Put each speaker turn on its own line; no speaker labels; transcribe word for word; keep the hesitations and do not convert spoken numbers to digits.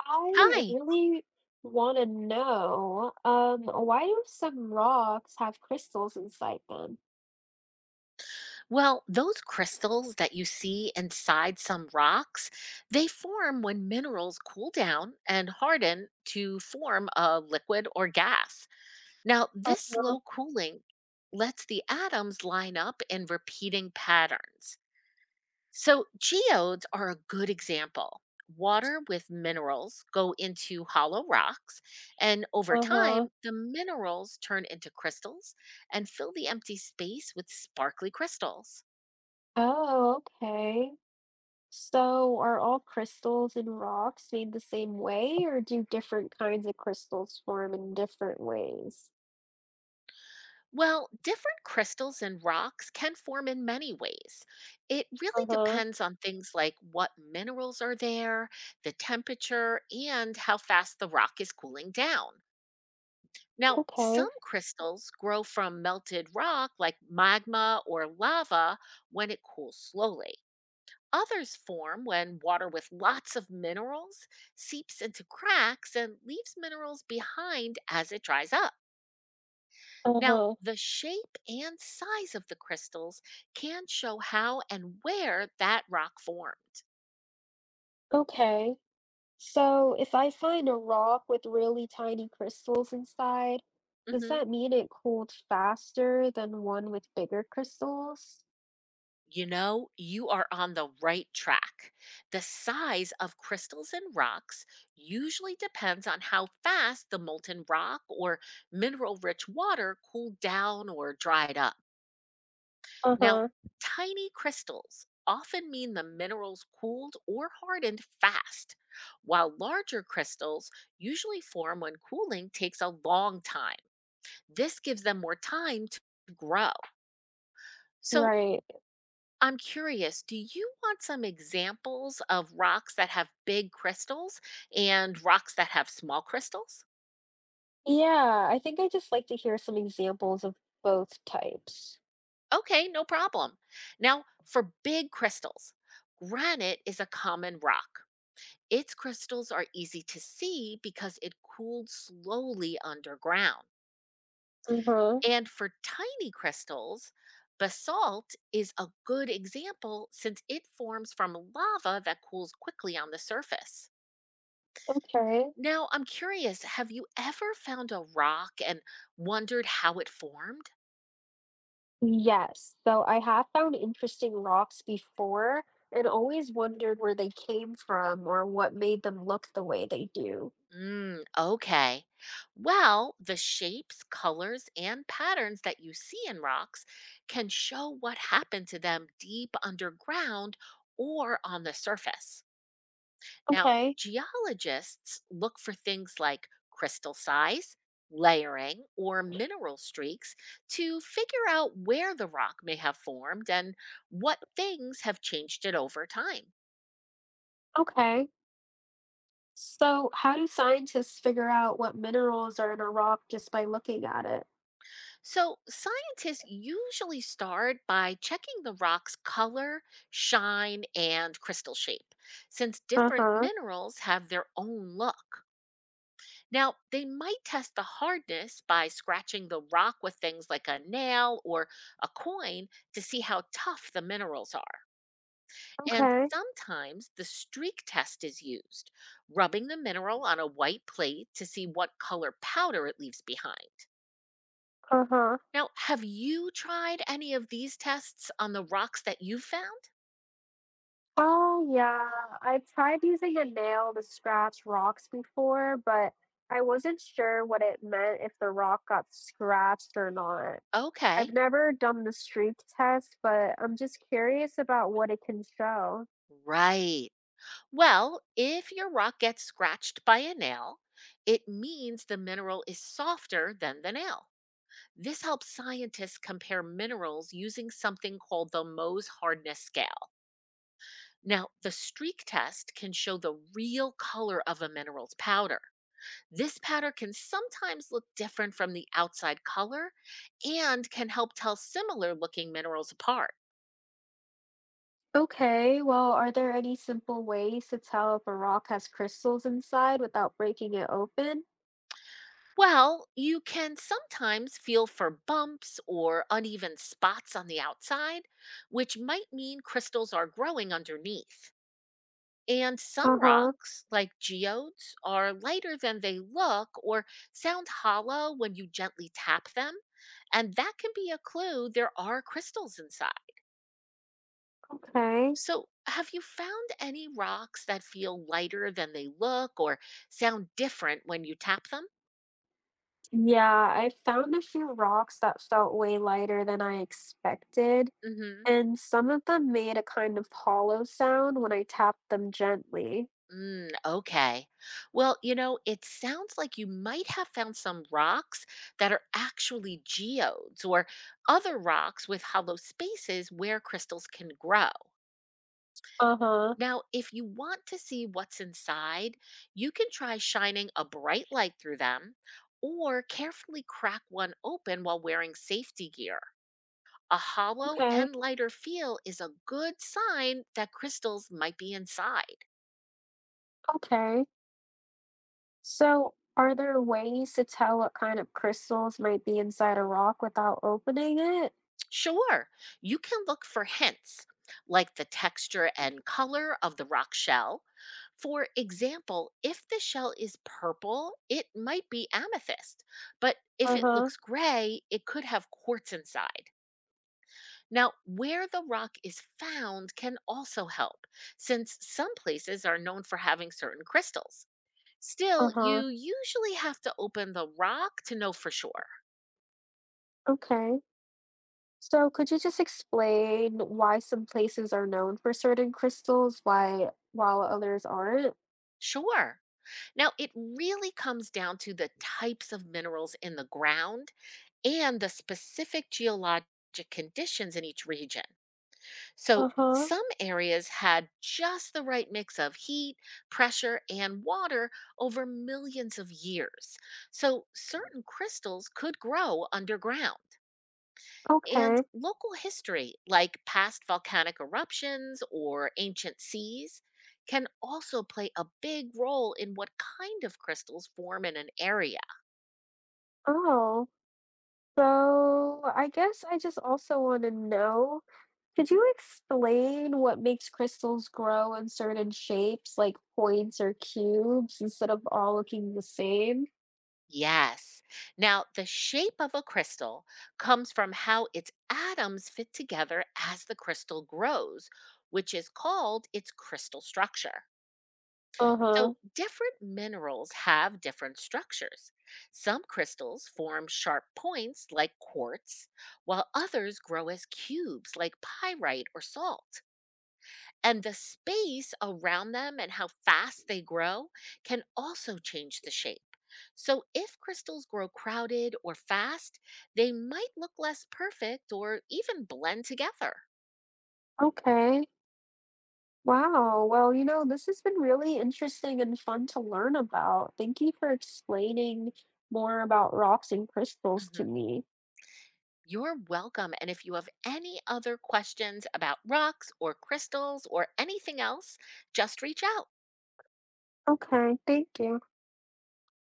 I
Hi.
really want to know, um, why do some rocks have crystals inside them?
Well, those crystals that you see inside some rocks, they form when minerals cool down and harden to form a liquid or gas. Now, this
Uh-huh.
slow cooling lets the atoms line up in repeating patterns. So, geodes are a good example. Water with minerals go into hollow rocks, and over
Uh-huh.
time, the minerals turn into crystals and fill the empty space with sparkly crystals.
Oh, okay. So are all crystals and rocks made the same way, or do different kinds of crystals form in different ways?
Well, different crystals and rocks can form in many ways. It really
Uh-huh.
depends on things like what minerals are there, the temperature, and how fast the rock is cooling down. Now,
Okay.
some crystals grow from melted rock like magma or lava when it cools slowly. Others form when water with lots of minerals seeps into cracks and leaves minerals behind as it dries up. Now,
Uh-huh.
the shape and size of the crystals can show how and where that rock formed.
Okay. So, if I find a rock with really tiny crystals inside, does
hmm
that mean it cooled faster than one with bigger crystals?
You know, you are on the right track. The size of crystals and rocks usually depends on how fast the molten rock or mineral rich water cooled down or dried up. Now,
Uh-huh.
tiny crystals often mean the minerals cooled or hardened fast, while larger crystals usually form when cooling takes a long time. This gives them more time to grow. So,
Right.
I'm curious, do you want some examples of rocks that have big crystals and rocks that have small crystals?
Yeah, I think I just like to hear some examples of both types.
Okay, no problem. Now, for big crystals, granite is a common rock. Its crystals are easy to see because it cooled slowly underground.
Uh-huh.
And for tiny crystals, basalt is a good example since it forms from lava that cools quickly on the surface.
Okay.
Now, I'm curious, have you ever found a rock and wondered how it formed?
Yes. So I have found interesting rocks before and always wondered where they came from or what made them look the way they do.
Mm, okay. Well, the shapes, colors, and patterns that you see in rocks can show what happened to them deep underground or on the surface. Now,
Okay.
geologists look for things like crystal size, layering, or mineral streaks to figure out where the rock may have formed and what things have changed it over time.
Okay. So, how do scientists figure out what minerals are in a rock just by looking at it?
So, scientists usually start by checking the rock's color, shine, and crystal shape, since
Uh
different
huh.
minerals have their own look. Now, they might test the hardness by scratching the rock with things like a nail or a coin to see how tough the minerals are. And
Okay.
sometimes the streak test is used, rubbing the mineral on a white plate to see what color powder it leaves behind.
Uh huh.
Now, have you tried any of these tests on the rocks that you found?
Oh, yeah. I tried using a nail to scratch rocks before, but I wasn't sure what it meant if the rock got scratched or not.
Okay,
I've never done the streak test, but I'm just curious about what it can show.
right. Well, if your rock gets scratched by a nail, it means the mineral is softer than the nail. This helps scientists compare minerals using something called the Mohs hardness scale. Now, the streak test can show the real color of a mineral's powder. This pattern can sometimes look different from the outside color and can help tell similar looking minerals apart.
Okay, well, are there any simple ways to tell if a rock has crystals inside without breaking it open?
Well, you can sometimes feel for bumps or uneven spots on the outside, which might mean crystals are growing underneath. And some
Uh huh.
rocks, like geodes, are lighter than they look or sound hollow when you gently tap them. And that can be a clue there are crystals inside.
Okay.
So, have you found any rocks that feel lighter than they look or sound different when you tap them?
Yeah, I found a few rocks that felt way lighter than I expected,
hmm
and some of them made a kind of hollow sound when I tapped them gently.
Mm, okay. Well, you know, it sounds like you might have found some rocks that are actually geodes or other rocks with hollow spaces where crystals can grow.
Uh-huh.
Now, if you want to see what's inside, you can try shining a bright light through them or carefully crack one open while wearing safety gear. A hollow
Okay.
and lighter feel is a good sign that crystals might be inside.
Okay. So, are there ways to tell what kind of crystals might be inside a rock without opening it?
Sure, you can look for hints like the texture and color of the rock shell. For example, if the shell is purple, it might be amethyst, but if it
Uh-huh.
looks gray, it could have quartz inside. Now, where the rock is found can also help, since some places are known for having certain crystals. Still,
Uh-huh.
you usually have to open the rock to know for sure.
Okay. So, could you just explain why some places are known for certain crystals, why while others aren't?
Sure. Now, it really comes down to the types of minerals in the ground and the specific geologic conditions in each region. So,
Uh-huh.
some areas had just the right mix of heat, pressure, and water over millions of years. So, certain crystals could grow underground. And
Okay.
local history, like past volcanic eruptions or ancient seas, can also play a big role in what kind of crystals form in an area.
Oh, so I guess I just also want to know, could you explain what makes crystals grow in certain shapes, like points or cubes, instead of all looking the same?
Yes. Now, the shape of a crystal comes from how its atoms fit together as the crystal grows, which is called its crystal structure.
Uh-huh.
So, different minerals have different structures. Some crystals form sharp points like quartz, while others grow as cubes like pyrite or salt. And the space around them and how fast they grow can also change the shape. So, if crystals grow crowded or fast, they might look less perfect or even blend together.
Okay. Wow. Well, you know, this has been really interesting and fun to learn about. Thank you for explaining more about rocks and crystals
Mm-hmm.
to me.
You're welcome. And if you have any other questions about rocks or crystals or anything else, just reach out.
Okay, thank you.